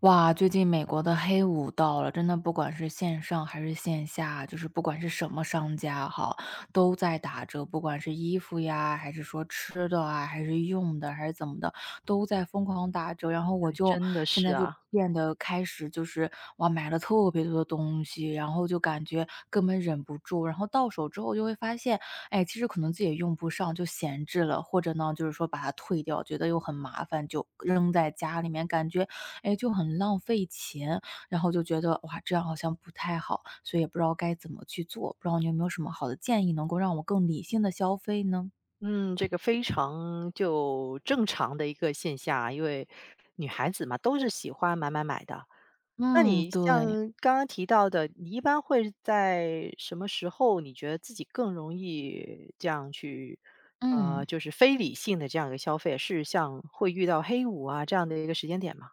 哇，最近美国的黑五到了，真的不管是线上还是线下，就是不管是什么商家哈，都在打折，不管是衣服呀，还是说吃的啊，还是用的，还是怎么的，都在疯狂打折。然后我就真的现是在就啊。变得开始就是哇，买了特别多的东西，然后就感觉根本忍不住，然后到手之后就会发现，哎，其实可能自己也用不上，就闲置了，或者呢，就是说把它退掉，觉得又很麻烦，就扔在家里面，感觉哎，就很浪费钱，然后就觉得哇，这样好像不太好，所以也不知道该怎么去做。不知道你有没有什么好的建议，能够让我更理性的消费呢？嗯，这个非常就正常的一个现象啊，因为女孩子嘛，都是喜欢买买买的。那嗯，你像对，刚刚提到的，你一般会在什么时候，你觉得自己更容易这样去，嗯。就是非理性的这样一个消费，是像会遇到黑五啊这样的一个时间点吗？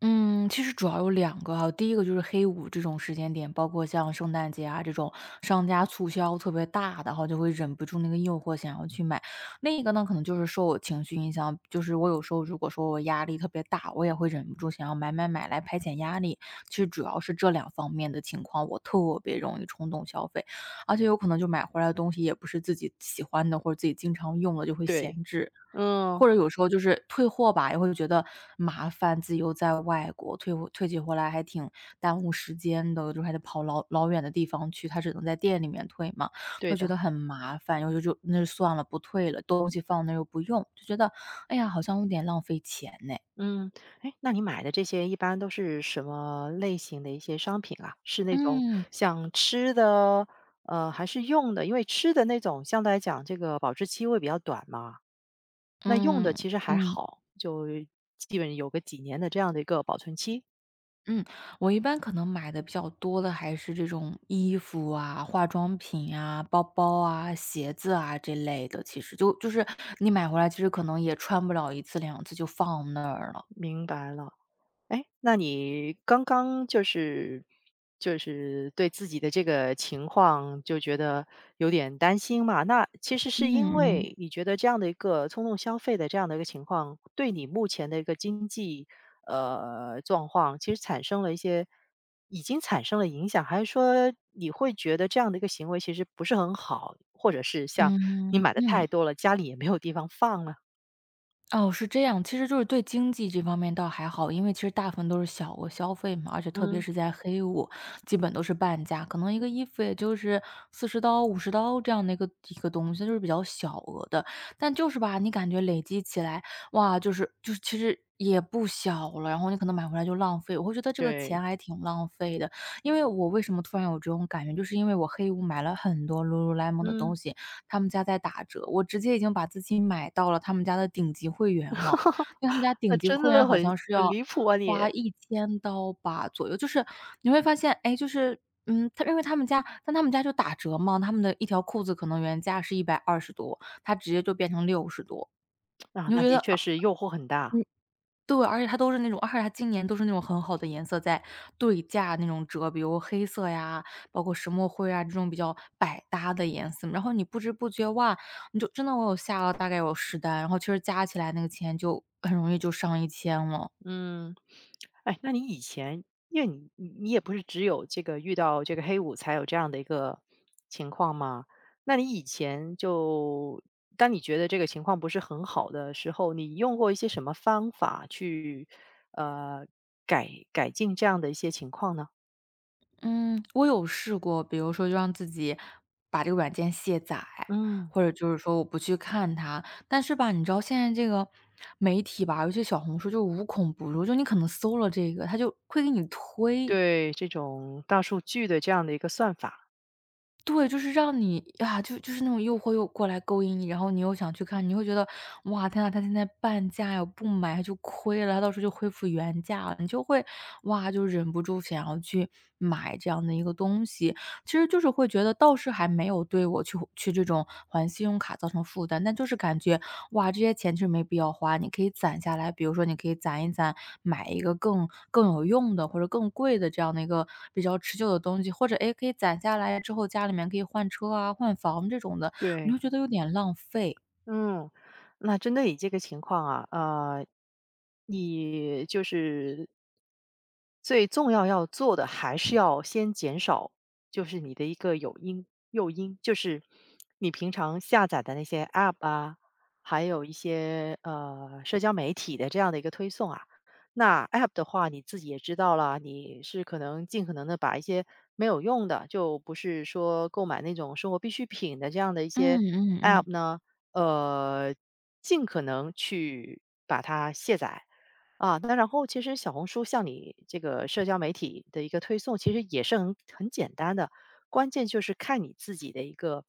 嗯，其实主要有两个哈，第一个就是黑五这种时间点，包括像圣诞节啊这种商家促销特别大的，然后就会忍不住那个诱惑想要去买。另一个呢，可能就是受我情绪影响，就是我有时候如果说我压力特别大，我也会忍不住想要买买买来排解压力。其实主要是这两方面的情况，我特别容易冲动消费，而且有可能就买回来的东西也不是自己喜欢的，或者自己经常用的，就会对。闲置。嗯。或者有时候就是退货吧，也会觉得麻烦，自己又在外国，退货退起回来还挺耽误时间的，就是还得跑老老远的地方去，他只能在店里面退嘛，对会觉的。得很麻烦，然后就那就算了，不退了，东西放那又不用，就觉得，哎呀，好像有点浪费钱呢。嗯。哎，那你买的这些一般都是什么类型的一些商品啊？是那种嗯，像吃的，还是用的？因为吃的那种相对来讲，这个保质期会比较短嘛。那用的嗯，其实还嗯。好，就基本有个几年的这样的一个保存期。嗯，我一般可能买的比较多的还是这种衣服啊、化妆品啊、包包啊、鞋子啊这类的。其实就是你买回来，其实可能也穿不了一次两次就放那儿了。明白了。哎，那你刚刚就是对自己的这个情况就觉得有点担心嘛？那其实嗯是因嗯为你觉得这样的一个冲动消费的这样的一个情况，对你目前的一个经济状况，其实产生了一些已经产生了影响，还是说你会觉得这样的一个行为其实不是很好，或者是像你嗯买的嗯。太多了，家里也没有地方放了？哦，是这样，其实就是对经济这方面倒还好，因为其实大部分都是小额消费嘛，而且特别嗯。是在黑五，基本都是半价，可能一个衣服也就是四十4五十刀这样的一个东西，就是比较小额的。但就是吧，你感觉累积起来，哇，就是其实也不小了，然后你可能买回来就浪费，我会觉得这个钱对。还挺浪费的。因为我为什么突然有这种感觉，就是因为我黑五买了很多 Lululemon 的嗯。东西，他们家在打折，我直接已经把自己买到了他们家的顶级会员了。因为他们家那顶级真会的员好很像是很要离谱啊你！花1000刀吧左右，就是你会发现，哎，就是嗯，他因为他们家但他们家就打折嘛，他们的一条裤子可能原价是120多，它直接就变成60多，啊，你就那觉的得确是诱惑很大。对，而且它都是那种而且它今年都是那种很好的颜色在对价那种折，比如黑色呀，包括石墨灰啊，这种比较百搭的颜色。然后你不知不觉，哇，你就真的我有下了大概有10单，然后其实加起来那个钱就很容易就上一千了。嗯。哎，那你以前，因为你也不是只有这个遇到这个黑五才有这样的一个情况嘛？那你以前就当你觉得这个情况不是很好的时候，你用过一些什么方法去呃改改进这样的一些情况呢？嗯，我有试过，比如说就让自己把这个软件卸载，嗯。或者就是说我不去看它。但是吧，你知道现在这个媒体吧，尤其小红书就无孔不入，就你可能搜了这个，它就会给你推。对，这种大数据的这样的一个算法。对，就是让你啊，就是那种诱惑又过来勾引你，然后你又想去看，你会觉得，哇，天呐，他现在半价呀，不买就亏了，他到时候就恢复原价了，你就会，哇，就忍不住想要去买这样的一个东西。其实就是会觉得倒是还没有对我去这种还信用卡造成负担，但就是感觉，哇，这些钱其实没必要花，你可以攒下来，比如说你可以攒一攒，买一个更有用的或者更贵的这样的一个比较持久的东西，或者诶，可以攒下来之后家里面可以换车啊、换房这种的，你会对。觉得有点浪费。嗯，那针对你这个情况啊，你就是最重要要做的，还是要先减少，就是你的一个诱因，就是你平常下载的那些 App 啊，还有一些社交媒体的这样的一个推送啊。那 App 的话，你自己也知道啦，你是可能尽可能的把一些没有用的，就不是说购买那种生活必需品的这样的一些 嗯嗯嗯，App 呢，呃，尽可能去把它卸载。啊，那然后其实小红书像你这个社交媒体的一个推送，其实也是很很简单的，关键就是看你自己的一个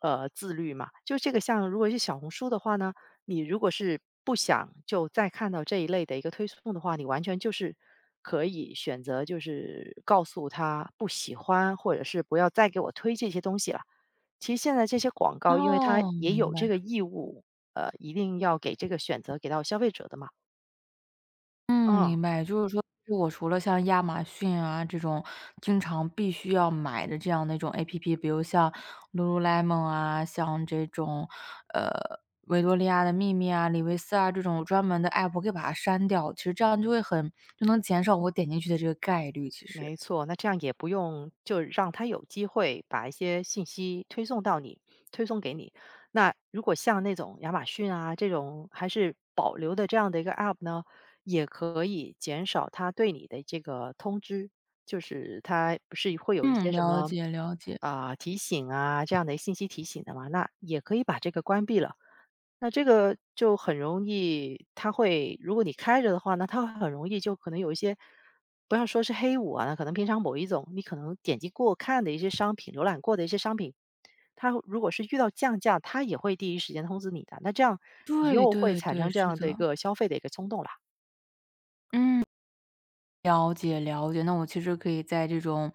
自律嘛。就这个像如果是小红书的话呢，你如果是不想就再看到这一类的一个推送的话，你完全就是可以选择就是告诉他不喜欢，或者是不要再给我推这些东西了。其实现在这些广告，因为它哦，也明有白。这个义务，一定要给这个选择给到消费者的嘛。嗯，嗯。明白。就是说，我除了像亚马逊啊这种经常必须要买的这样的一种 APP，比如像 Lululemon 啊，像这种，呃，维多利亚的秘密啊、李维斯啊这种专门的 app，我可以把它删掉。其实这样就会很就能减少我点进去的这个概率，其实。没错，那这样也不用就让他有机会把一些信息推送到你，推送给你。那如果像那种亚马逊啊这种还是保留的这样的一个 App 呢，也可以减少他对你的这个通知，就是他不是会有一些嗯，什了么解了解。啊、提醒啊这样的信息提醒的嘛，那也可以把这个关闭了。那这个就很容易，它会如果你开着的话那它会很容易就可能有一些，不要说是黑五啊，那可能平常某一种你可能点击过看的一些商品，浏览过的一些商品，它如果是遇到降价，它也会第一时间通知你的。那这样你对又会对产对，生这是样的，的一个消费的一个冲动了。嗯。了解了解，那我其实可以在这种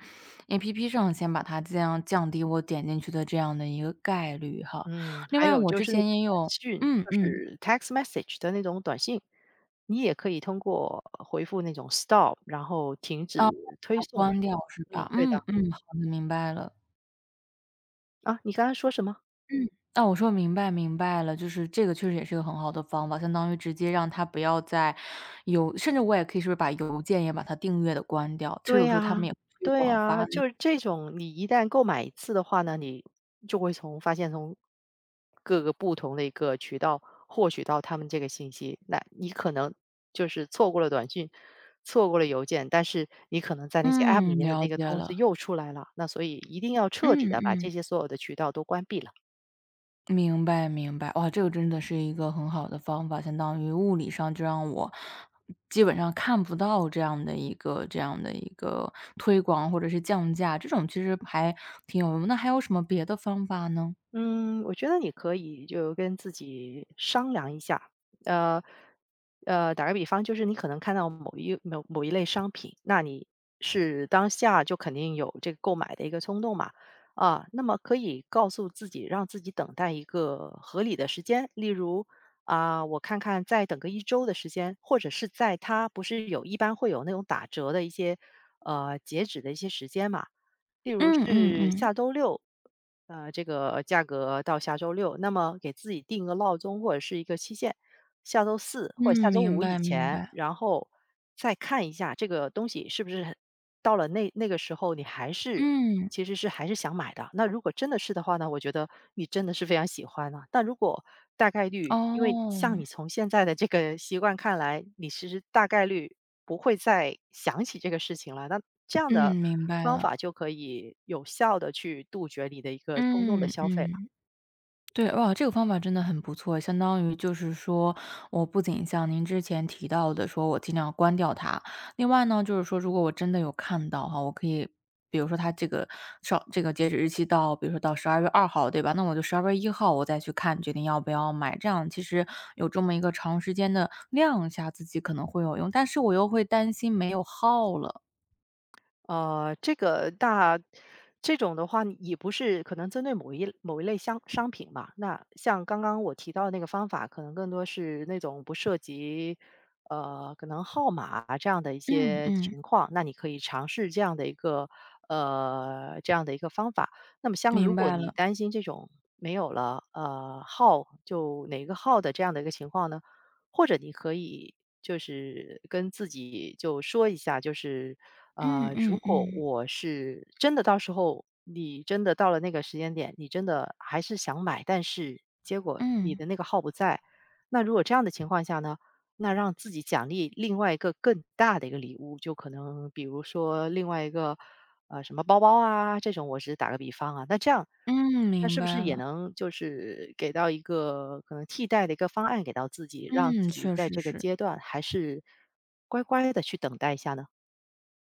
APP 上先把它尽量降低我点进去的这样的一个概率哈。嗯，另还外有我就之是前也短有讯，嗯就嗯，是 text message 的那种短信，你也可以通过回复那种 stop，然后停止啊，把推它送。关掉是嗯，吧？对嗯的。嗯，好的，明白了。啊，你刚刚说什么？嗯，那我说明白明白了，就是这个确实也是个很好的方法，相当于直接让他不要再有甚至我也可以是不是把邮件也把它订阅的关掉，其实对有时候他们呀，也会推对广发呀，那就个是这种，你一旦购买一次的话呢，你就会从发现从各个不同的一个渠道获取到他们这个信息。那你可能就是错过了短信，错过了邮件，但是你可能在那些 App 里嗯，面的了那个解通知了，又出来了，那所以一定要彻底嗯的把嗯。这些所有的渠道都关闭了。明白明白，哇，这个真的是一个很好的方法，相当于物理上就让我基本上看不到这样的一个推广或者是降价，这种其实还挺有用。那还有什么别的方法呢？嗯，我觉得你可以就跟自己商量一下，呃，打个比方，就是你可能看到某一类商品，那你是当下就肯定有这个购买的一个冲动嘛。啊，那么可以告诉自己，让自己等待一个合理的时间，例如啊，我看看再等个一周的时间，或者是在它不是有一般会有那种打折的一些截止的一些时间嘛。例如嗯嗯是嗯，下周六，这个价格到下周六，那么给自己定个闹钟或者是一个期限，下周四嗯，或者下周明五以白明前，白，然后再看一下这个东西是不是很到了那那个时候你还是嗯，其实是还是想买的。那如果真的是的话呢，我觉得你真的是非常喜欢了、但如果大概率，因为哦，像你从现在的这个习惯看来，你其实大概率不会再想起这个事情了。那这样嗯，的明白方了，法就可以有效的去杜绝你的一个冲动的嗯消费了。嗯。对，哇，这个方法真的很不错，相当于就是说，我不仅像您之前提到的说我尽量关掉它，另外呢，就是说如果我真的有看到哈，我可以比如说它这个上这个截止日期到，比如说到12月2号，对吧？那我就12月1号我再去看，决定要不要买，这样其实有这么一个长时间的量一下自己可能会有用，但是我又会担心没有号了。这个大，这种的话，也不是可能针对某一类商品吧。那像刚刚我提到的那个方法，可能更多是那种不涉及可能号码啊这样的一嗯些嗯，情况，那你可以尝试这样的一个方法。那么像如明果白你了。担心这种没有了号就哪个号的这样的一个情况呢？或者你可以就是跟自己就说一下，就是嗯如嗯果嗯，我是真的到时候你真的到了那个时间点，你真的还是想买，但是结果你嗯，的那个号不在，那如果这样的情况下呢，那让自己奖励另外一个更大的一个礼物，就可能比如说另外一个什么包包啊这种，我只是打个比方啊，那这样。嗯，那明是不是白也了。能就是给到一个可能替代的一个方案给到自己，让嗯，自己确在实这个是。阶段还是乖乖的去等待一下呢？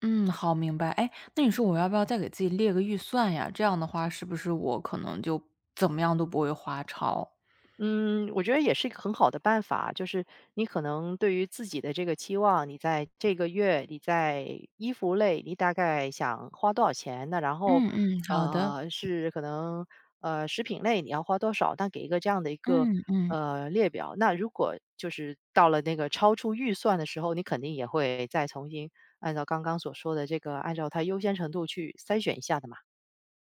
嗯，好，明白。哎，那你说我要不要再给自己列个预算呀？这样的话是不是我可能就怎么样都不会花超？嗯，我觉得也是一个很好的办法啊，就是你可能对于自己的这个期望，你在这个月你在衣服类，你大概想花多少钱？那然后，嗯嗯，好的。呃，是可能呃食品类你要花多少？但给一个这样的一个嗯嗯。列表。那如果就是到了那个超出预算的时候，你肯定也会再重新按照刚刚所说的这个，按照它优先程度去筛选一下的嘛。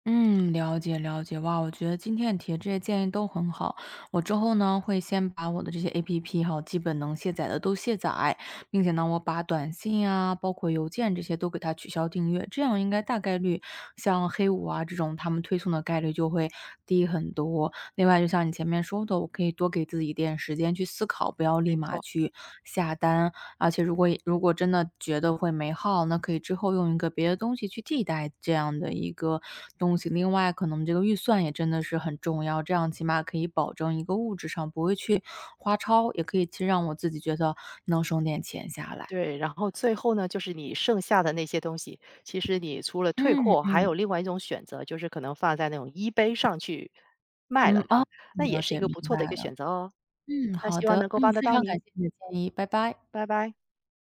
嗯，了解了解。哇，我觉得今天你提的这些建议都很好。我之后呢，会先把我的这些 APP 还有基本能卸载的都卸载，并且呢，我把短信啊，包括邮件这些都给它取消订阅，这样应该大概率像黑五啊这种他们推送的概率就会低很多。另外，就像你前面说的，我可以多给自己一点时间去思考，不要立没马错。去下单。而且如果真的觉得会没号，那可以之后用一个别的东西去替代这样的一个东西。另外，可能这个预算也真的是很重要，这样起码可以保证一个物质上不会去花超，也可以去让我自己觉得能省点钱下来。对，然后最后呢，就是你剩下的那些东西，其实你除了退嗯货，还嗯有另外一种选择，就是可能放在那种衣 b 上去卖嗯，了它，啊，那也了是一解个明不错白的一个了。选择哦。嗯，那好希望能的，够嗯，帮得非到常感您。谢你的建议，拜拜。拜拜。